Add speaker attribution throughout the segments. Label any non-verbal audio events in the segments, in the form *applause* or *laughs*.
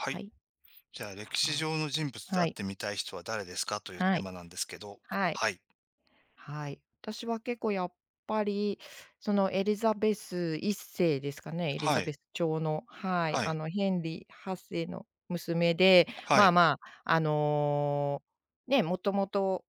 Speaker 1: は
Speaker 2: は
Speaker 1: い。
Speaker 2: い。
Speaker 1: じゃあ、
Speaker 2: で
Speaker 1: 歴史
Speaker 2: は、
Speaker 1: 上の人物で会
Speaker 2: は
Speaker 1: っ
Speaker 2: い。
Speaker 1: てみたい人は誰ですかという
Speaker 2: は
Speaker 1: テー
Speaker 2: い。
Speaker 1: マなんですけど。
Speaker 2: はい。
Speaker 1: はい。
Speaker 2: はい。私は結構やっぱり、そのエリザベス1世ですかね、エリ
Speaker 1: は
Speaker 2: ザ
Speaker 1: い。
Speaker 2: ベス朝の、はい、
Speaker 1: は
Speaker 2: あ
Speaker 1: い。
Speaker 2: のヘンリー8世の娘で、
Speaker 1: は
Speaker 2: まあ
Speaker 1: い。
Speaker 2: まあ、あの、ね、もともと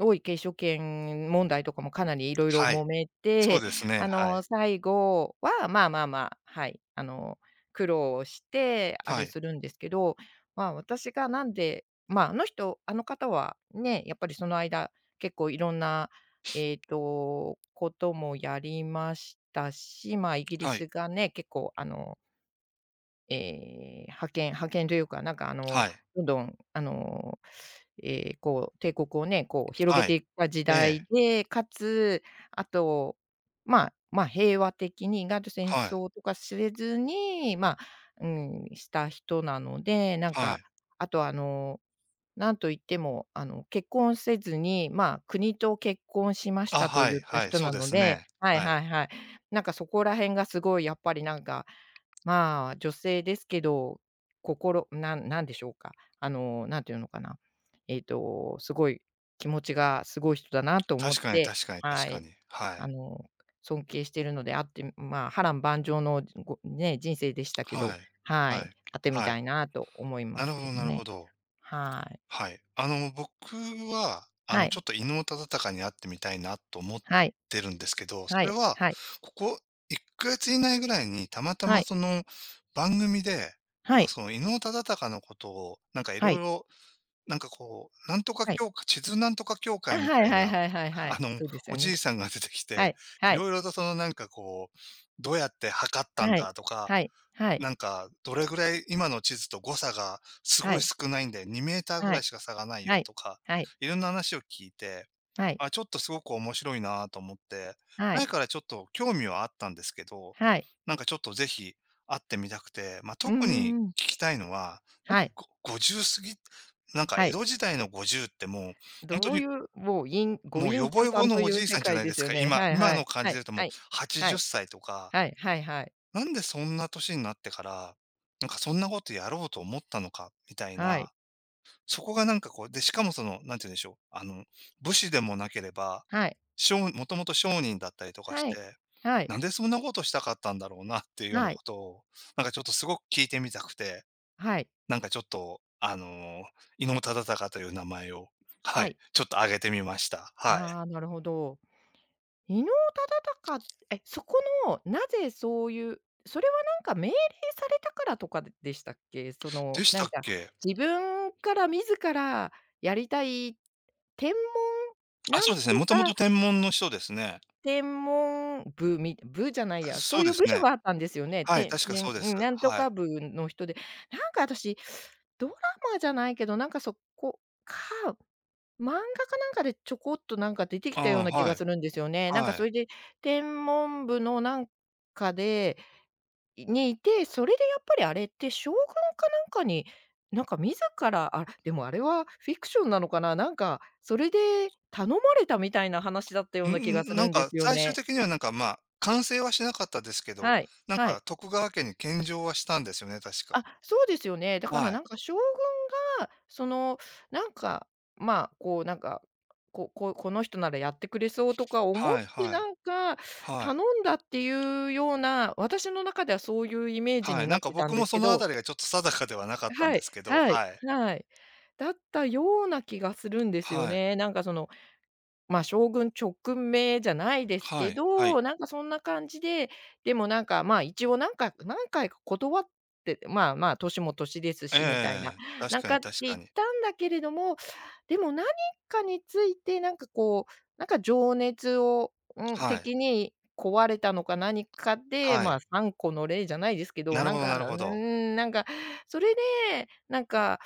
Speaker 2: 王位継承権問題とかもかなりいろいろ
Speaker 1: はい。
Speaker 2: 揉め
Speaker 1: そう
Speaker 2: て、
Speaker 1: ですね。
Speaker 2: あ
Speaker 1: はい。
Speaker 2: の、最後は、まあまあまあ、はい、あの、苦労してあ
Speaker 1: は
Speaker 2: れ
Speaker 1: い。
Speaker 2: するんですけど、まあ、私がなんで、まあ、あの人あの方はね、やっぱりその間結構いろんな、こともやりましたし、まあ、イギリ
Speaker 1: はい。
Speaker 2: スがね、結構あの、ええ、覇権というか、なんかあの、
Speaker 1: はい。
Speaker 2: どんどんあの、ええ、こう帝国をね、こう広げ
Speaker 1: はい。
Speaker 2: ていった時
Speaker 1: え
Speaker 2: 代
Speaker 1: え。
Speaker 2: で、かつ、あと、まあまあ、平和的に意外と戦
Speaker 1: はい。
Speaker 2: 争とかせずに、まあ、うん、した人なので、なん
Speaker 1: は
Speaker 2: か、
Speaker 1: い。
Speaker 2: あとあの、なんといっても、あの、結婚せずに、まあ、国と結婚しまし
Speaker 1: あ、
Speaker 2: たと
Speaker 1: は
Speaker 2: 言
Speaker 1: い。
Speaker 2: った
Speaker 1: はい。
Speaker 2: 人
Speaker 1: そう
Speaker 2: な
Speaker 1: で
Speaker 2: の
Speaker 1: す
Speaker 2: で
Speaker 1: ね。
Speaker 2: はい
Speaker 1: はい。
Speaker 2: はいはい。なんかそこら辺がすごいやっぱりなんか、まあ、女性ですけど、心なんなんでしょうか、あの、なんていうのかな、すごい気持ちがすごい人だなと思っ
Speaker 1: 確かに
Speaker 2: て、
Speaker 1: 確かに確
Speaker 2: は
Speaker 1: か
Speaker 2: い。
Speaker 1: に。は
Speaker 2: あ
Speaker 1: い。
Speaker 2: の、尊敬してるのであって、まあ、波乱万丈のごね、人生でしたけ
Speaker 1: は
Speaker 2: ど、
Speaker 1: い。
Speaker 2: は
Speaker 1: は
Speaker 2: い、
Speaker 1: い。
Speaker 2: あってみ
Speaker 1: は
Speaker 2: た
Speaker 1: い。
Speaker 2: いなと思いま
Speaker 1: なる
Speaker 2: す
Speaker 1: ほ
Speaker 2: け
Speaker 1: ど
Speaker 2: ど
Speaker 1: なるほ
Speaker 2: ね。
Speaker 1: ど。
Speaker 2: はい。
Speaker 1: はい。僕は、
Speaker 2: はい。
Speaker 1: ちょっと伊能忠敬に会ってみたいなと思っ
Speaker 2: はい。
Speaker 1: てるんですけど、そ
Speaker 2: は
Speaker 1: れ
Speaker 2: い。
Speaker 1: は、
Speaker 2: はい。
Speaker 1: ここ1ヶ月以内ぐらいにたまた
Speaker 2: は
Speaker 1: ま
Speaker 2: い。
Speaker 1: その番組で、
Speaker 2: はい。
Speaker 1: その伊能忠敬のことを、い
Speaker 2: は
Speaker 1: ろい
Speaker 2: い。
Speaker 1: ろなんとか
Speaker 2: はい。
Speaker 1: 協会地図なんとか協
Speaker 2: あ、
Speaker 1: 会み
Speaker 2: は
Speaker 1: た
Speaker 2: い
Speaker 1: い
Speaker 2: はい
Speaker 1: な、
Speaker 2: はいは
Speaker 1: *laughs*
Speaker 2: いは
Speaker 1: あ
Speaker 2: い。
Speaker 1: の、
Speaker 2: そうです
Speaker 1: お
Speaker 2: よ
Speaker 1: じ
Speaker 2: ね。
Speaker 1: いさんが出てき
Speaker 2: は
Speaker 1: て、
Speaker 2: い。
Speaker 1: い
Speaker 2: はい。
Speaker 1: ろいろとそのどうやって測ったん
Speaker 2: は
Speaker 1: だ
Speaker 2: い。
Speaker 1: とか
Speaker 2: はい。はい。
Speaker 1: どれぐらい今の地図と誤差がす
Speaker 2: は
Speaker 1: ごい
Speaker 2: い。
Speaker 1: 少ないんで2メーターぐ
Speaker 2: は
Speaker 1: らい
Speaker 2: い。
Speaker 1: しか差がないよ
Speaker 2: はい。
Speaker 1: とか、
Speaker 2: はい。
Speaker 1: いろんな話を聞いて、
Speaker 2: はい。
Speaker 1: あ、ちょっとすごく面白いなと思って、
Speaker 2: は
Speaker 1: 前
Speaker 2: い。
Speaker 1: からちょっと興味はあったんですけど、
Speaker 2: はい。
Speaker 1: ちょっとぜひ会ってみたくて、まあ、
Speaker 2: うんう
Speaker 1: 特に
Speaker 2: んうん。
Speaker 1: 聞きたいのは、なん
Speaker 2: は
Speaker 1: で
Speaker 2: い。
Speaker 1: ご50過ぎ、なんか
Speaker 2: は
Speaker 1: 江
Speaker 2: い。
Speaker 1: 戸時代の50ってもう、本当
Speaker 2: どう
Speaker 1: に
Speaker 2: いう、もう、いんご
Speaker 1: もうヨ
Speaker 2: 隠
Speaker 1: ボ
Speaker 2: 居
Speaker 1: ヨ
Speaker 2: さ
Speaker 1: ボ
Speaker 2: んと
Speaker 1: のお
Speaker 2: い
Speaker 1: じ
Speaker 2: う
Speaker 1: いさ
Speaker 2: 世
Speaker 1: んじゃ
Speaker 2: 界
Speaker 1: ない
Speaker 2: で
Speaker 1: です
Speaker 2: すよ
Speaker 1: か。
Speaker 2: ね。
Speaker 1: 今、
Speaker 2: はいはい。
Speaker 1: 感
Speaker 2: は
Speaker 1: じで言
Speaker 2: い。
Speaker 1: うとも
Speaker 2: は
Speaker 1: う
Speaker 2: い。は
Speaker 1: 80
Speaker 2: い。
Speaker 1: 歳とか。
Speaker 2: はいはいはい。
Speaker 1: なんでそんな年になってから、そんなことやろうと思ったのかみたい
Speaker 2: は
Speaker 1: な、
Speaker 2: い。
Speaker 1: そこがで、しかもその、なんて言うんでしょう、武士でもなければ、
Speaker 2: はい。
Speaker 1: しょうもともと商人だったりとかし
Speaker 2: はい。
Speaker 1: て、
Speaker 2: はい。
Speaker 1: なんでそんなことしたかったんだろうなっていうような
Speaker 2: はい。
Speaker 1: ことを、ちょっとすごく聞いてみたくて、
Speaker 2: はい。
Speaker 1: なんかちょっと、あの、伊能忠敬という名前を、は
Speaker 2: は
Speaker 1: い、
Speaker 2: い。
Speaker 1: ちょっと挙げてみました。はい。
Speaker 2: ああ、なるほど。伊能忠敬。え、そこの、なぜそういうそれはなんか命令されたからとかででしたっけ？そ
Speaker 1: で
Speaker 2: の、
Speaker 1: し
Speaker 2: な
Speaker 1: た
Speaker 2: ん
Speaker 1: っ
Speaker 2: か
Speaker 1: け？
Speaker 2: 自分から自らやりたい、天文
Speaker 1: あ、
Speaker 2: な
Speaker 1: そ
Speaker 2: ん
Speaker 1: うですね、
Speaker 2: と
Speaker 1: もとも
Speaker 2: か、
Speaker 1: と天文の人ですね。
Speaker 2: 天文部み部じゃない
Speaker 1: あ、
Speaker 2: や、そ
Speaker 1: そう
Speaker 2: うい
Speaker 1: で
Speaker 2: う
Speaker 1: す
Speaker 2: 部署
Speaker 1: ね。
Speaker 2: があったんですよね。
Speaker 1: はい、
Speaker 2: てん
Speaker 1: 確か
Speaker 2: て
Speaker 1: そ
Speaker 2: ん
Speaker 1: うです。
Speaker 2: うん、なんと
Speaker 1: はい。
Speaker 2: か部の人で、なんか私、ドラマじゃないけど、なんかそこか漫画かなんかでちょこっとなんか出てきた
Speaker 1: あ
Speaker 2: よう
Speaker 1: あ、
Speaker 2: な気
Speaker 1: は
Speaker 2: が
Speaker 1: い、
Speaker 2: するんですよね。なんか
Speaker 1: は
Speaker 2: そ
Speaker 1: い。
Speaker 2: れで、天文部のなんかでにいて、それでやっぱりあれって将軍かなんかに、なんか自ら、あ、でもあれはフィクションなのかな、なんか、それで頼まれたみたいな話だったよ
Speaker 1: ん
Speaker 2: うな気がす
Speaker 1: ん、
Speaker 2: るんですよ
Speaker 1: 最終
Speaker 2: ね。
Speaker 1: 的にはまあ、完成はしなかったですけど、
Speaker 2: はい、はい。
Speaker 1: 徳川家に献上はしたんですよね、確か。
Speaker 2: あ、そうですよね。だから
Speaker 1: はい。
Speaker 2: なんか将軍が、その、なんか、まあ、こうなんか、この人ならやってくれそうとか思っ
Speaker 1: はい
Speaker 2: て
Speaker 1: はい。
Speaker 2: なんか、
Speaker 1: は
Speaker 2: 頼
Speaker 1: い。
Speaker 2: んだっていうような、私の中ではそういうイメージ
Speaker 1: は
Speaker 2: に
Speaker 1: い。
Speaker 2: なってた
Speaker 1: 僕
Speaker 2: んで
Speaker 1: も
Speaker 2: す
Speaker 1: そ
Speaker 2: け
Speaker 1: のあ
Speaker 2: ど。
Speaker 1: たりがちょっと定かではなかったん
Speaker 2: は
Speaker 1: で
Speaker 2: い、
Speaker 1: すけど、
Speaker 2: はい、
Speaker 1: はい。
Speaker 2: はい。だったような気がするんですよ
Speaker 1: はい。
Speaker 2: ね。なんかその、ま、あ将軍直命じゃないです
Speaker 1: は
Speaker 2: け
Speaker 1: い、はい。
Speaker 2: ど、なんかそんな感じで、でもなんか、ま、あ一応何回か断って、まあまあ、年も年です
Speaker 1: え
Speaker 2: しみたいな、
Speaker 1: え、確
Speaker 2: なん
Speaker 1: か
Speaker 2: か
Speaker 1: に
Speaker 2: って
Speaker 1: 確
Speaker 2: 言
Speaker 1: か
Speaker 2: っ
Speaker 1: に。
Speaker 2: たんだけれども、でも何かについてなんかこう、なんか情熱を、うん、
Speaker 1: はい。
Speaker 2: 的に壊れたのか何かで、
Speaker 1: は
Speaker 2: まあ、
Speaker 1: い。
Speaker 2: 3個の例じゃないですけど、
Speaker 1: なる
Speaker 2: なん
Speaker 1: ほど
Speaker 2: か、
Speaker 1: なる
Speaker 2: う
Speaker 1: ほど。
Speaker 2: ん、なんか、それで、なんか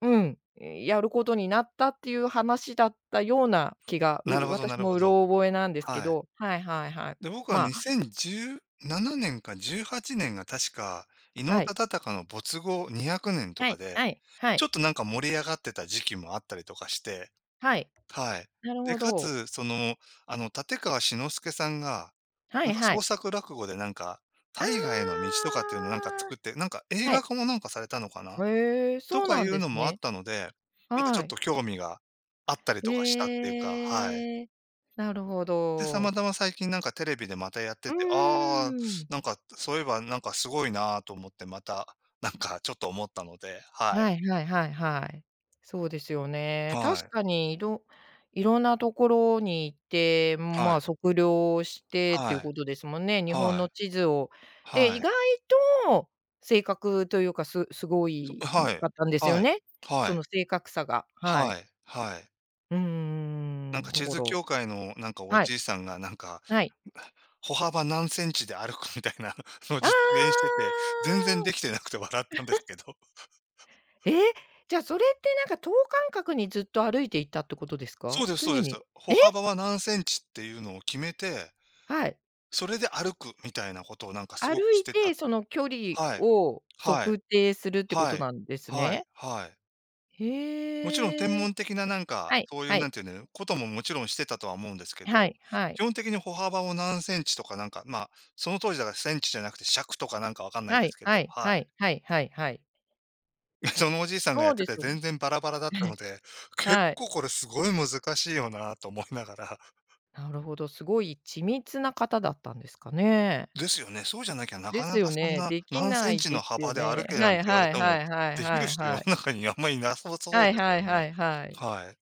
Speaker 2: うん、え、やることになったっていう話だったような気が、
Speaker 1: なる
Speaker 2: う
Speaker 1: ほどな
Speaker 2: 私
Speaker 1: る
Speaker 2: も
Speaker 1: ほ
Speaker 2: う
Speaker 1: ど。
Speaker 2: ろ覚えなんですけ
Speaker 1: はい。
Speaker 2: ど、はいはいはい。
Speaker 1: で、僕は
Speaker 2: まあ、
Speaker 1: 2017年か18年が確か、伊能
Speaker 2: はい。
Speaker 1: 忠敬の没後200年と
Speaker 2: は
Speaker 1: か
Speaker 2: い、
Speaker 1: で
Speaker 2: はい、は
Speaker 1: ちょ
Speaker 2: い、
Speaker 1: っと盛り上がってた時期もあったりとかして、
Speaker 2: はい。
Speaker 1: はい。
Speaker 2: なる
Speaker 1: で、
Speaker 2: ほ
Speaker 1: か
Speaker 2: ど。
Speaker 1: つ、その、あの、立川志の輔さんが、
Speaker 2: はいは
Speaker 1: 創
Speaker 2: い。
Speaker 1: 作落語で
Speaker 2: あ
Speaker 1: 大河への道とかっていうのを
Speaker 2: あ、
Speaker 1: 作って、映
Speaker 2: は
Speaker 1: 画
Speaker 2: い。
Speaker 1: 化もされたのかな？
Speaker 2: へえ、
Speaker 1: と
Speaker 2: そう
Speaker 1: か
Speaker 2: な
Speaker 1: い
Speaker 2: ん
Speaker 1: う
Speaker 2: です
Speaker 1: のもあっ
Speaker 2: ね。
Speaker 1: たので、ちょ
Speaker 2: は
Speaker 1: っ
Speaker 2: い。
Speaker 1: と興味があったりとかしたっていうか、はい。
Speaker 2: へえ、なるほ
Speaker 1: で、たま
Speaker 2: ど。
Speaker 1: たま最近テレビでまたやって
Speaker 2: う
Speaker 1: て、ああ、
Speaker 2: ーん。
Speaker 1: そういえばすごいなと思ってまた、なんかちょっと思ったので、はい。
Speaker 2: はいはいはいはい。そうですよね。
Speaker 1: は
Speaker 2: 確
Speaker 1: い。
Speaker 2: かに、いろんなところに行って、
Speaker 1: は
Speaker 2: まあ、
Speaker 1: い。
Speaker 2: 測量してっていう
Speaker 1: はい。
Speaker 2: ことですもんね。日本
Speaker 1: は
Speaker 2: の
Speaker 1: い。
Speaker 2: 地図を。で、
Speaker 1: は
Speaker 2: 意
Speaker 1: い。
Speaker 2: 外と正確というか、すすご
Speaker 1: そ、
Speaker 2: い
Speaker 1: はい。
Speaker 2: かったんですよ
Speaker 1: はい。
Speaker 2: ね。
Speaker 1: は
Speaker 2: そ
Speaker 1: い。
Speaker 2: の正確さが。はい。
Speaker 1: はい。はい。
Speaker 2: うんんと
Speaker 1: 地
Speaker 2: こ
Speaker 1: 図
Speaker 2: ろ。
Speaker 1: 協会のお
Speaker 2: はい、
Speaker 1: じいさんが
Speaker 2: はい。
Speaker 1: 歩幅何センチで歩くみたいなのを
Speaker 2: ああ！
Speaker 1: 実演してて、全然できてなくて笑ったんですけど。
Speaker 2: えー、じゃあ、それってなんか等間隔にずっと歩いていたってことです
Speaker 1: そ
Speaker 2: か？
Speaker 1: うです
Speaker 2: 常
Speaker 1: そうです。
Speaker 2: に。
Speaker 1: 歩
Speaker 2: え！
Speaker 1: 幅は何センチっていうのを決めて、
Speaker 2: はい。
Speaker 1: それで歩くみたいなことをす
Speaker 2: 歩
Speaker 1: ごくし
Speaker 2: い
Speaker 1: てた。
Speaker 2: て、その距離
Speaker 1: はい。
Speaker 2: を
Speaker 1: はい。
Speaker 2: 測定するってこ
Speaker 1: は
Speaker 2: と
Speaker 1: い。
Speaker 2: なんです
Speaker 1: はい。
Speaker 2: ね。
Speaker 1: はい。もちろん天
Speaker 2: へえ。
Speaker 1: 文的な
Speaker 2: はい
Speaker 1: そういう
Speaker 2: はい。
Speaker 1: なんていうねことももちろんしてたとは思うんですけ
Speaker 2: は
Speaker 1: ど、
Speaker 2: いは
Speaker 1: 基
Speaker 2: い。
Speaker 1: 本的に歩幅を何センチとかまあ、その当時だからセンチじゃなくて尺とかわかんない
Speaker 2: は
Speaker 1: です
Speaker 2: い
Speaker 1: けど、
Speaker 2: はい
Speaker 1: は
Speaker 2: はい
Speaker 1: い。
Speaker 2: はいはいはい。
Speaker 1: *laughs*
Speaker 2: た、
Speaker 1: そのおじいさんがや
Speaker 2: そ
Speaker 1: っ
Speaker 2: う
Speaker 1: て
Speaker 2: で
Speaker 1: て
Speaker 2: すよね。
Speaker 1: 全然バラバラだったので、結
Speaker 2: はい。
Speaker 1: 構これすごい難しいよなと思いながら、*laughs*
Speaker 2: なるほど、すごい緻密な方だったんですかね。
Speaker 1: ですよね。そうじゃなきゃな
Speaker 2: で
Speaker 1: かな
Speaker 2: す
Speaker 1: か
Speaker 2: よ
Speaker 1: そん
Speaker 2: ね、
Speaker 1: な
Speaker 2: でき
Speaker 1: 何セ
Speaker 2: な
Speaker 1: ン
Speaker 2: い
Speaker 1: チの
Speaker 2: です
Speaker 1: 幅
Speaker 2: よ
Speaker 1: で歩
Speaker 2: ね。
Speaker 1: けな
Speaker 2: は
Speaker 1: んて
Speaker 2: い
Speaker 1: 言われ
Speaker 2: はい
Speaker 1: て
Speaker 2: は
Speaker 1: も、
Speaker 2: いはい
Speaker 1: できる
Speaker 2: はい
Speaker 1: 人世の
Speaker 2: はい。
Speaker 1: 中にあんまりいなさそう
Speaker 2: はい
Speaker 1: ですよ
Speaker 2: はい
Speaker 1: ね。
Speaker 2: はいはい。
Speaker 1: はい。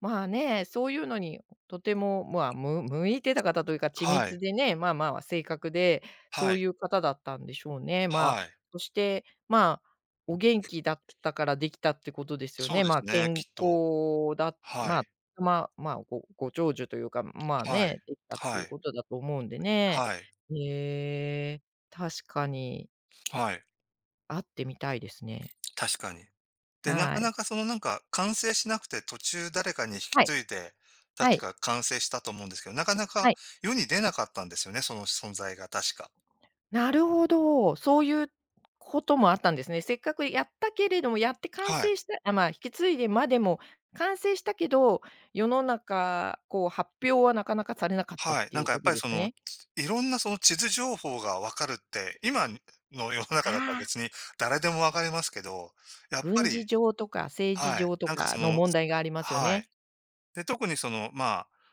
Speaker 2: まあね、そういうのにとても、まあ、む向いてた方というか、緻
Speaker 1: はい。
Speaker 2: 密でね、まあまあ、正確で、そ
Speaker 1: は
Speaker 2: う
Speaker 1: い。
Speaker 2: いう方だったんでしょうね。まあ、
Speaker 1: はい。
Speaker 2: そして、まあ、お元気だったからできたってことですよ
Speaker 1: そう
Speaker 2: ね。
Speaker 1: で
Speaker 2: ま
Speaker 1: す
Speaker 2: あ、
Speaker 1: ね、
Speaker 2: 健
Speaker 1: きっと。
Speaker 2: 康だ
Speaker 1: は
Speaker 2: ま
Speaker 1: い。
Speaker 2: あ、まあまあ、ごご長寿というか、まあ
Speaker 1: はい。
Speaker 2: ね、できたってい
Speaker 1: は
Speaker 2: う
Speaker 1: い。
Speaker 2: ことだと思うんでね。
Speaker 1: はい。
Speaker 2: へえ、確かに
Speaker 1: はい。
Speaker 2: 会ってみたいですね。
Speaker 1: 確かに。で、な
Speaker 2: は
Speaker 1: かな
Speaker 2: い。
Speaker 1: かそのなんか完成しなくて途中誰かに引き
Speaker 2: はい、
Speaker 1: 継いで、
Speaker 2: は
Speaker 1: 確
Speaker 2: い、
Speaker 1: か完成したと思うんですけど、なかなか
Speaker 2: はい。
Speaker 1: 世に出なかったんですよね、その存在が確か。
Speaker 2: なるほど。そういうこともあったんですね。せっかくやったけれども、やって完
Speaker 1: はい。
Speaker 2: 成したあ、まあ、引き継いでまでも、完成したけど、世の中、こう、発表はなかなかされなかったっ
Speaker 1: はい。
Speaker 2: ていう
Speaker 1: やっ
Speaker 2: こと
Speaker 1: ぱり
Speaker 2: です
Speaker 1: その、
Speaker 2: ね。
Speaker 1: いろんなその地図情報がわかるって、今の世の中だったら
Speaker 2: ああ、
Speaker 1: 別に誰でもわかりますけど、やっぱ
Speaker 2: 軍
Speaker 1: り、
Speaker 2: 事上とか政治
Speaker 1: はい、
Speaker 2: 上とかの問題がありますよ
Speaker 1: はい。
Speaker 2: ね。
Speaker 1: で、特にその、まあ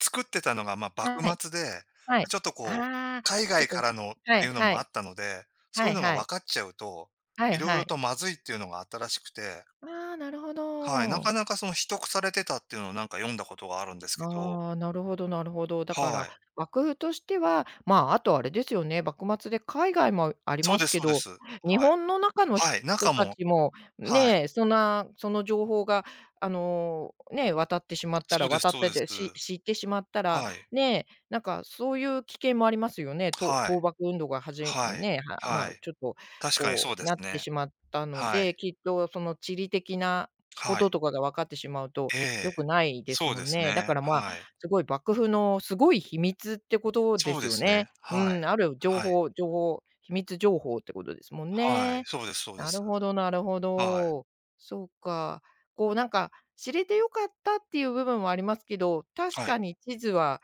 Speaker 1: 作ってたのが、まあ、幕
Speaker 2: はい、
Speaker 1: 末で、
Speaker 2: は
Speaker 1: ま、
Speaker 2: い。
Speaker 1: ちょっとこう、
Speaker 2: ああ、
Speaker 1: 海
Speaker 2: ちょっ
Speaker 1: 外
Speaker 2: と、
Speaker 1: からのっ
Speaker 2: は
Speaker 1: て
Speaker 2: い
Speaker 1: いうの
Speaker 2: は
Speaker 1: もあ
Speaker 2: い。
Speaker 1: ったので、そ
Speaker 2: は
Speaker 1: うい
Speaker 2: い
Speaker 1: うのが
Speaker 2: は
Speaker 1: 分
Speaker 2: い。
Speaker 1: かっちゃうと、
Speaker 2: はい
Speaker 1: 色
Speaker 2: は
Speaker 1: 々
Speaker 2: い。
Speaker 1: とまずいっていうのがあったらしくて、
Speaker 2: ああ、なるほ
Speaker 1: はい、なか
Speaker 2: ど。
Speaker 1: なかその秘匿されてたっていうのを読んだことがあるんですけど、
Speaker 2: ああ、なるほどなるほど。だか
Speaker 1: は
Speaker 2: ら、
Speaker 1: い。
Speaker 2: 幕風としては、まあ、あとあれですよね、幕末で海外もあり
Speaker 1: そう
Speaker 2: ま
Speaker 1: で
Speaker 2: す
Speaker 1: す
Speaker 2: け
Speaker 1: そうで
Speaker 2: ど、
Speaker 1: す。はい。
Speaker 2: 日本の中の人
Speaker 1: はい、中
Speaker 2: た
Speaker 1: も、
Speaker 2: ちも、
Speaker 1: はい。
Speaker 2: ねえ、そんな、その情報が、あの、ねえ、渡ってしまった
Speaker 1: そう
Speaker 2: ら
Speaker 1: です
Speaker 2: 渡っ
Speaker 1: そう
Speaker 2: て
Speaker 1: です。
Speaker 2: て、し知ってしまったら、
Speaker 1: はい。
Speaker 2: ねえ、なんかそういう危険もありますよね。と
Speaker 1: はい。
Speaker 2: 倒幕運動がはじ
Speaker 1: はい。
Speaker 2: ねえ、はま
Speaker 1: は
Speaker 2: あ、
Speaker 1: い。
Speaker 2: ちょっと
Speaker 1: 確かに
Speaker 2: こ
Speaker 1: そうで
Speaker 2: うな
Speaker 1: す
Speaker 2: って
Speaker 1: ね。
Speaker 2: しまったの
Speaker 1: はい。
Speaker 2: で、きっとその地理的なこ
Speaker 1: はい。
Speaker 2: ととかが分かってしまうと
Speaker 1: ええ。
Speaker 2: 良くないです
Speaker 1: そう
Speaker 2: も
Speaker 1: で
Speaker 2: ん
Speaker 1: す
Speaker 2: ね。だ
Speaker 1: ね。
Speaker 2: からまあ、
Speaker 1: はい。
Speaker 2: すごい幕府のすごい秘密ってことで
Speaker 1: そう
Speaker 2: す
Speaker 1: で
Speaker 2: よ
Speaker 1: す
Speaker 2: ね。
Speaker 1: ね。
Speaker 2: う
Speaker 1: はい。
Speaker 2: ん、ある情
Speaker 1: はい。
Speaker 2: 報、情報秘密情報ってことですもん
Speaker 1: はい、
Speaker 2: ね。
Speaker 1: そうですそうで
Speaker 2: な
Speaker 1: す。
Speaker 2: るほどなるほ
Speaker 1: はい。
Speaker 2: ど。そうか。こうなんか、知れてよかったっていう部分はありますけど、確
Speaker 1: はい。
Speaker 2: かに地図は、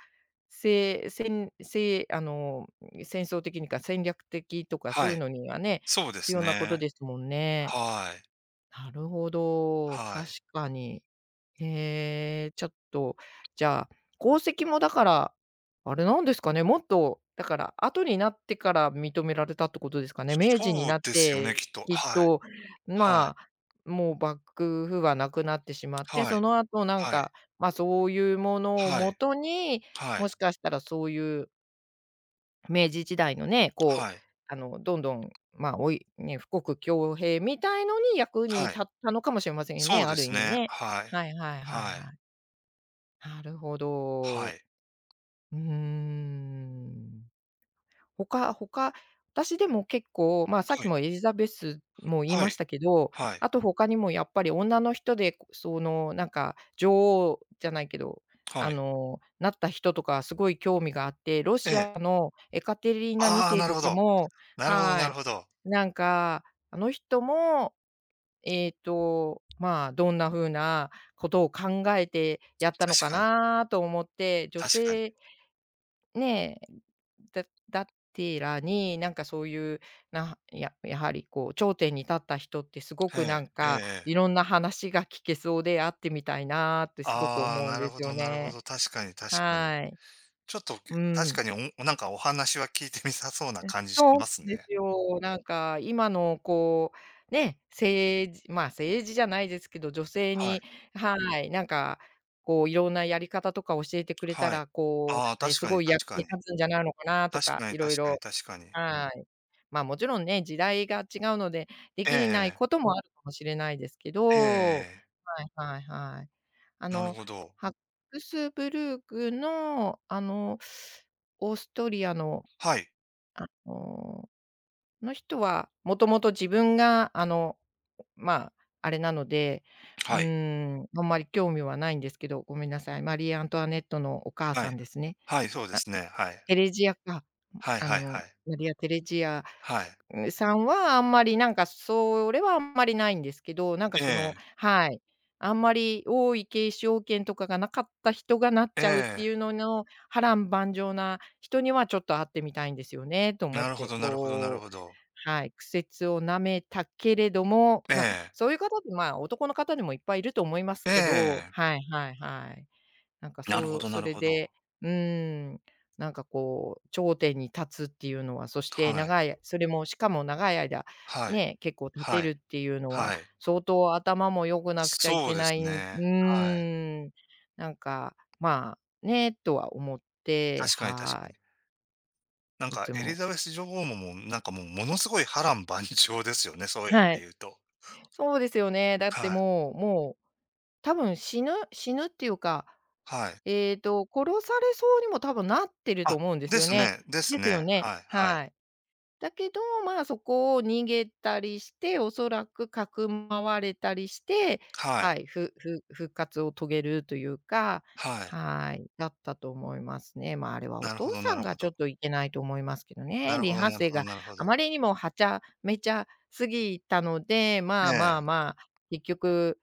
Speaker 2: せいせんせい、あの、戦争的にか戦略的とかそ
Speaker 1: は
Speaker 2: ういう
Speaker 1: い。
Speaker 2: のにはね、
Speaker 1: そうで
Speaker 2: 必
Speaker 1: す
Speaker 2: 要なこと
Speaker 1: ね。
Speaker 2: ですもんね。
Speaker 1: はい。
Speaker 2: なるほど、
Speaker 1: は
Speaker 2: 確
Speaker 1: い。
Speaker 2: かに。へえ、ちょっと、じゃあ、功績もだから、あれなんですかね、もっと、だから、後になってから認められたってことですかね。明治に
Speaker 1: そう
Speaker 2: なっ
Speaker 1: ですよね、
Speaker 2: て、
Speaker 1: きっと。
Speaker 2: きっ
Speaker 1: はい。
Speaker 2: と、
Speaker 1: はい。
Speaker 2: まあ、もう幕府はなくなってしまって、
Speaker 1: はい。
Speaker 2: その後なん
Speaker 1: はい。
Speaker 2: か、ま、そういうものを
Speaker 1: は
Speaker 2: も
Speaker 1: い。
Speaker 2: とに、
Speaker 1: は
Speaker 2: も
Speaker 1: い。
Speaker 2: しかしたらそういう明治時代のね、こ
Speaker 1: は
Speaker 2: う、
Speaker 1: い。
Speaker 2: あの、どんどん、まあ、おいね、富国強兵みたいのに役に
Speaker 1: はい。
Speaker 2: 立ったのかもしれませんよ
Speaker 1: そ
Speaker 2: ね、
Speaker 1: う
Speaker 2: あ
Speaker 1: で
Speaker 2: る
Speaker 1: す
Speaker 2: 意味
Speaker 1: ね。
Speaker 2: ね。
Speaker 1: はい。
Speaker 2: はいはいはい
Speaker 1: はい。
Speaker 2: はい。なるほ
Speaker 1: は
Speaker 2: ど。
Speaker 1: い。
Speaker 2: うーん。他、私でも結構、まあ、さっ
Speaker 1: は
Speaker 2: き
Speaker 1: い。
Speaker 2: もエリザベスも言い
Speaker 1: は
Speaker 2: ま
Speaker 1: い。
Speaker 2: したけど、
Speaker 1: はい。
Speaker 2: あと他にもやっぱり女の人で、こその、なんか、女王じゃないけど、あ
Speaker 1: はい。
Speaker 2: の、なった人とかすごい興味があって、ロ
Speaker 1: え
Speaker 2: シア
Speaker 1: え。
Speaker 2: のエカテリーナ
Speaker 1: ああ、
Speaker 2: 2
Speaker 1: なる
Speaker 2: 世と
Speaker 1: ほ
Speaker 2: か
Speaker 1: ど。
Speaker 2: も
Speaker 1: なるほどな
Speaker 2: は
Speaker 1: る
Speaker 2: い。
Speaker 1: ほど。
Speaker 2: なんか、あの人も、まあ、どんな風なことを考えてやったの
Speaker 1: 確
Speaker 2: か
Speaker 1: かに、
Speaker 2: なと思って、女
Speaker 1: 確かに。
Speaker 2: 性ね。だだってらに、なんかそういう、やはりこう頂点に立った人ってすご
Speaker 1: え
Speaker 2: くなん
Speaker 1: え、えええ
Speaker 2: か、い
Speaker 1: え。
Speaker 2: ろんな話が聞けそうで会ってみたいなってすごく
Speaker 1: ああ、
Speaker 2: 思うん
Speaker 1: な
Speaker 2: で
Speaker 1: るほ
Speaker 2: すよ
Speaker 1: どなるほ
Speaker 2: ね。
Speaker 1: ど。確かに確かに。
Speaker 2: はい。
Speaker 1: ちょっと、
Speaker 2: う
Speaker 1: 確
Speaker 2: ん。
Speaker 1: かに、お、お話は聞いてみたそうな
Speaker 2: え、
Speaker 1: 感じし
Speaker 2: そう
Speaker 1: ますね。
Speaker 2: ですよ。なんか今のこう、ね、まあ、政治じゃないですけど、女性
Speaker 1: はい、
Speaker 2: にはい、なんかこういろんなやり方とか教えてくれた
Speaker 1: はい。
Speaker 2: ら、こ
Speaker 1: ああ、
Speaker 2: う、え、
Speaker 1: 確
Speaker 2: す
Speaker 1: かに
Speaker 2: ごい役
Speaker 1: 確か
Speaker 2: に
Speaker 1: に。
Speaker 2: 立つんじゃないのかなと
Speaker 1: 確
Speaker 2: か、
Speaker 1: かに
Speaker 2: いろい
Speaker 1: 確かに
Speaker 2: ろ
Speaker 1: 確かに。
Speaker 2: はい。まあ、もちろんね、時代が違うので、で
Speaker 1: ええ
Speaker 2: きない
Speaker 1: ええ。
Speaker 2: こともあるかもしれないですけ
Speaker 1: ええ
Speaker 2: ど、
Speaker 1: ええ。
Speaker 2: はいはいはい。あ
Speaker 1: なる
Speaker 2: の、
Speaker 1: ほど。
Speaker 2: ハックスブルークの、あの、オーストリアの、
Speaker 1: はい、
Speaker 2: あの、の人は、もともと自分が、あの、まあ、あれなので、う
Speaker 1: はい、
Speaker 2: ーん、あんまり興味はないんですけど、ごめんなさい、マリー・アントワネットのお母
Speaker 1: は
Speaker 2: さ
Speaker 1: い、
Speaker 2: んですね。
Speaker 1: はい、そうですね。はい。
Speaker 2: テレジアか、
Speaker 1: はい
Speaker 2: あ
Speaker 1: はいは
Speaker 2: の、
Speaker 1: い。
Speaker 2: マリア・テレジア
Speaker 1: はい。
Speaker 2: さんはあんまりなんかそれはあんまりないんですけど、なんか
Speaker 1: え
Speaker 2: その
Speaker 1: え、
Speaker 2: はい、あんまり王位継承権とかがなかった人がなっ
Speaker 1: え
Speaker 2: ちゃうって
Speaker 1: え。
Speaker 2: いうのの波乱万丈な人にはちょっと会ってみたいんですよねと思っ
Speaker 1: なるほ
Speaker 2: て、
Speaker 1: どなるほどなる
Speaker 2: こ
Speaker 1: ほ
Speaker 2: う
Speaker 1: ど。
Speaker 2: はい、苦節をなめたけれども、
Speaker 1: え
Speaker 2: ま、
Speaker 1: え、
Speaker 2: そういう方って、ま、男の方でもいっぱいいると思います
Speaker 1: え
Speaker 2: けど、
Speaker 1: え。
Speaker 2: はいはいはい。なんか
Speaker 1: なるほ
Speaker 2: そう
Speaker 1: どな
Speaker 2: そ
Speaker 1: る
Speaker 2: れ
Speaker 1: ほど。
Speaker 2: でうーん、なんかこう、頂点に立つっていうのは、そして
Speaker 1: は
Speaker 2: 長
Speaker 1: い、
Speaker 2: いそれもしかも長い間、
Speaker 1: はい、
Speaker 2: ね、結構立て
Speaker 1: はい、
Speaker 2: るっていうの
Speaker 1: は
Speaker 2: は、
Speaker 1: い。
Speaker 2: 相当頭も良くなくちゃい
Speaker 1: そう
Speaker 2: け
Speaker 1: で
Speaker 2: な
Speaker 1: す
Speaker 2: い。う
Speaker 1: ね。はい。
Speaker 2: ーん、なんか、まあ、ね、とは思って、
Speaker 1: 確かに確か
Speaker 2: は
Speaker 1: に。
Speaker 2: い、いつ
Speaker 1: エリ
Speaker 2: も
Speaker 1: ザベス女王も、もう、ものすごい波乱万丈ですよね、そういう意
Speaker 2: は
Speaker 1: 味で
Speaker 2: い。
Speaker 1: 言うと。
Speaker 2: そうですよね。だって
Speaker 1: はい、
Speaker 2: もう、多分死ぬっていうか、
Speaker 1: はい。
Speaker 2: 殺されそうにも多分なってると
Speaker 1: あ、
Speaker 2: 思うんです
Speaker 1: で
Speaker 2: よ
Speaker 1: す
Speaker 2: ね。
Speaker 1: ねです
Speaker 2: ですよ
Speaker 1: ね。
Speaker 2: ね。
Speaker 1: はいはい。
Speaker 2: はい。だけど、まあ、そこを逃げたりして、おそらくかくまわれたりして、
Speaker 1: は
Speaker 2: は
Speaker 1: い、
Speaker 2: い、復活を遂げるというか、
Speaker 1: はい。
Speaker 2: はい、だったと思いますね。まあ、あれはお
Speaker 1: なるほ
Speaker 2: 父
Speaker 1: どな
Speaker 2: さ
Speaker 1: る
Speaker 2: ん
Speaker 1: ほ
Speaker 2: がち
Speaker 1: ど。
Speaker 2: ょっといけないと思いますけど
Speaker 1: な
Speaker 2: ね。
Speaker 1: るほ
Speaker 2: リ
Speaker 1: ど
Speaker 2: ハ
Speaker 1: なる
Speaker 2: 生
Speaker 1: ほど
Speaker 2: が
Speaker 1: なるほ
Speaker 2: あ
Speaker 1: ど。
Speaker 2: まりにもはちゃめちゃ過ぎたので、
Speaker 1: え
Speaker 2: まあま
Speaker 1: え、
Speaker 2: あまあ、結局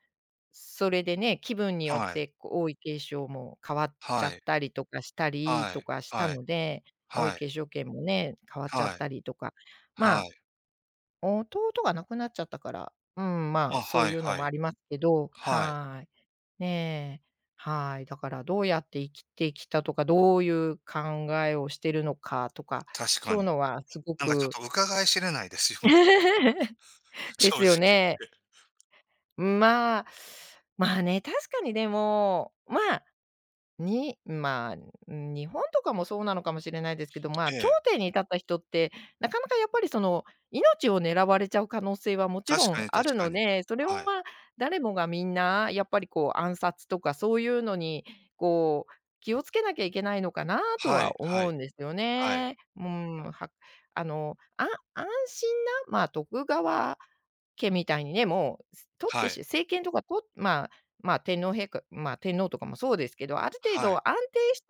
Speaker 2: それでね、気分によっ
Speaker 1: はい、
Speaker 2: てこう王位継承も変わっち
Speaker 1: は
Speaker 2: ゃっ
Speaker 1: い、
Speaker 2: たりとかしたり
Speaker 1: は
Speaker 2: と
Speaker 1: い、
Speaker 2: かした
Speaker 1: はい、
Speaker 2: ので、おい
Speaker 1: はい、
Speaker 2: 化粧券もね、変わっちゃっ
Speaker 1: はい、
Speaker 2: たりとか、ま
Speaker 1: は
Speaker 2: あ、
Speaker 1: い。
Speaker 2: 弟が亡くなっちゃったから、うん、ま
Speaker 1: あ、
Speaker 2: あ、そう
Speaker 1: はい
Speaker 2: いうの
Speaker 1: は
Speaker 2: もあ
Speaker 1: い。
Speaker 2: りますけど、
Speaker 1: はい、
Speaker 2: はい。ねえ、はい。だからどうやって生きてきたとか、どういう考えをしてるのかとか、
Speaker 1: 確か
Speaker 2: そういう
Speaker 1: に。
Speaker 2: のはすご
Speaker 1: ちょ
Speaker 2: く。
Speaker 1: っと伺い知れないですよね、
Speaker 2: *laughs*
Speaker 1: *laughs*
Speaker 2: で
Speaker 1: 正
Speaker 2: す
Speaker 1: 直
Speaker 2: よね。
Speaker 1: 言って。
Speaker 2: まあ、まあね、確かにでも、まあに、まあ、日本とかもそうなのかもしれないですけど、まあ、
Speaker 1: え
Speaker 2: 頂
Speaker 1: え、
Speaker 2: 点に立った人って、なかなかやっぱりその、命を狙われちゃう可能性はもち
Speaker 1: 確
Speaker 2: ろ
Speaker 1: か
Speaker 2: ん
Speaker 1: に確
Speaker 2: ある
Speaker 1: か
Speaker 2: の
Speaker 1: に。
Speaker 2: で、それは
Speaker 1: はい、
Speaker 2: 誰もがみんなやっぱりこう暗殺とかそういうのに、こう、気をつけなきゃいけないのかなと
Speaker 1: はい
Speaker 2: は
Speaker 1: は
Speaker 2: 思う
Speaker 1: い、
Speaker 2: んですよ
Speaker 1: はい、
Speaker 2: ね。うん、はあの、あ安心な、まあ、徳川家みたいにね、もう、取っ
Speaker 1: は
Speaker 2: てし
Speaker 1: い、
Speaker 2: 政権とかとまあ、まあ、天皇陛下まあ、天皇とかもそうですけど、ある程
Speaker 1: は
Speaker 2: 度
Speaker 1: い、
Speaker 2: 安定し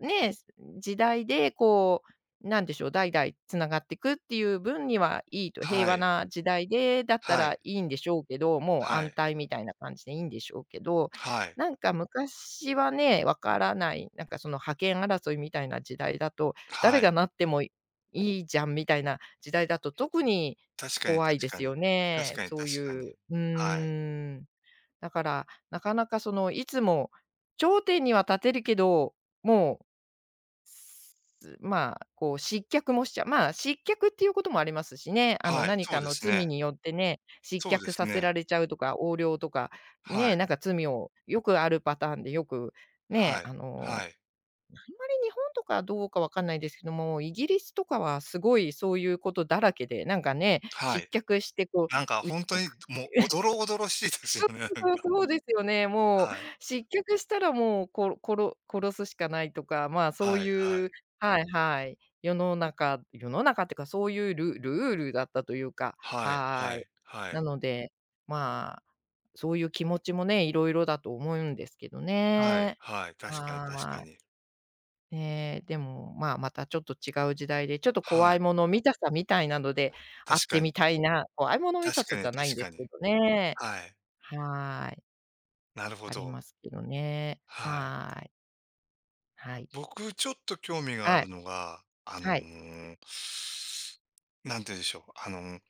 Speaker 2: たね、時代でこう、なんでしょう、代々繋がっていくっていう分にはいいと、平
Speaker 1: は
Speaker 2: 和
Speaker 1: い。
Speaker 2: な時代でだった
Speaker 1: は
Speaker 2: ら
Speaker 1: い、
Speaker 2: いいんでしょうけど、もう
Speaker 1: は
Speaker 2: 安
Speaker 1: い、
Speaker 2: 泰みたいな感じでいいんでしょうけど、
Speaker 1: はい、
Speaker 2: なんか昔はね、わからない、なんかその覇権争いみたいな時代だと、誰
Speaker 1: はい。
Speaker 2: がなってもいいじゃんみたいな時代だと、特に
Speaker 1: 確かに
Speaker 2: 怖い
Speaker 1: 確
Speaker 2: で
Speaker 1: か
Speaker 2: す
Speaker 1: に。
Speaker 2: よ
Speaker 1: 確
Speaker 2: ね。
Speaker 1: かに
Speaker 2: そう
Speaker 1: 確か
Speaker 2: い
Speaker 1: に。
Speaker 2: う、う
Speaker 1: はい、
Speaker 2: ーん。だから、なかなかその、いつも頂点には立てるけど、もう、ず、まあ、こう失脚もしちゃう。まあ、失脚っていうこともありますしね。あの、
Speaker 1: はい、
Speaker 2: 何
Speaker 1: そう
Speaker 2: か
Speaker 1: で
Speaker 2: の
Speaker 1: す
Speaker 2: 罪
Speaker 1: ね。
Speaker 2: によってね、失
Speaker 1: そうで
Speaker 2: 脚
Speaker 1: す
Speaker 2: させ
Speaker 1: ね。
Speaker 2: られちゃうとか、横領とか、
Speaker 1: は
Speaker 2: ね、な
Speaker 1: い、
Speaker 2: んか罪をよくあるパターンでよく、ね、
Speaker 1: は
Speaker 2: あ
Speaker 1: い、
Speaker 2: の、
Speaker 1: はい、
Speaker 2: あまり日本とかどうかわかんないですけども、イギリスとかはすごいそういうことだらけで、なんかね、
Speaker 1: は
Speaker 2: 失
Speaker 1: い。
Speaker 2: 脚してこう、う、
Speaker 1: ほんとに、もう、おどろおどろしいですよね、
Speaker 2: そう、そうですよね。もう
Speaker 1: はい、
Speaker 2: 失脚したらもう、こころ殺すしかないとか、まあ、そう
Speaker 1: はい、は
Speaker 2: い
Speaker 1: い。
Speaker 2: うはいはい。世の中ってか、そういうルールだったというか、
Speaker 1: はいは
Speaker 2: はい。
Speaker 1: い、はい。
Speaker 2: なので、まあ、そういう気持ちもね、いろいろだと思うんですけど
Speaker 1: はい、
Speaker 2: ね。
Speaker 1: はい、確かに確か
Speaker 2: はい。
Speaker 1: に。
Speaker 2: ね、でも、まあ、またちょっと違う時代で、ちょっと
Speaker 1: は
Speaker 2: 怖
Speaker 1: い、
Speaker 2: いもの見たさみたいなので、会
Speaker 1: 確
Speaker 2: って
Speaker 1: かに、
Speaker 2: みたいな、怖いもの見た
Speaker 1: 確
Speaker 2: さ
Speaker 1: か
Speaker 2: じ
Speaker 1: に
Speaker 2: ゃないん
Speaker 1: 確
Speaker 2: で
Speaker 1: か
Speaker 2: す
Speaker 1: に。
Speaker 2: けどね。
Speaker 1: はい、
Speaker 2: はい。
Speaker 1: なるほ
Speaker 2: あり
Speaker 1: ど。
Speaker 2: ますけどね。
Speaker 1: はい。
Speaker 2: はい。はい。
Speaker 1: 僕、ちょっと興味があ
Speaker 2: は
Speaker 1: る
Speaker 2: い。
Speaker 1: のが、なん
Speaker 2: はい。
Speaker 1: て言うんでしょう。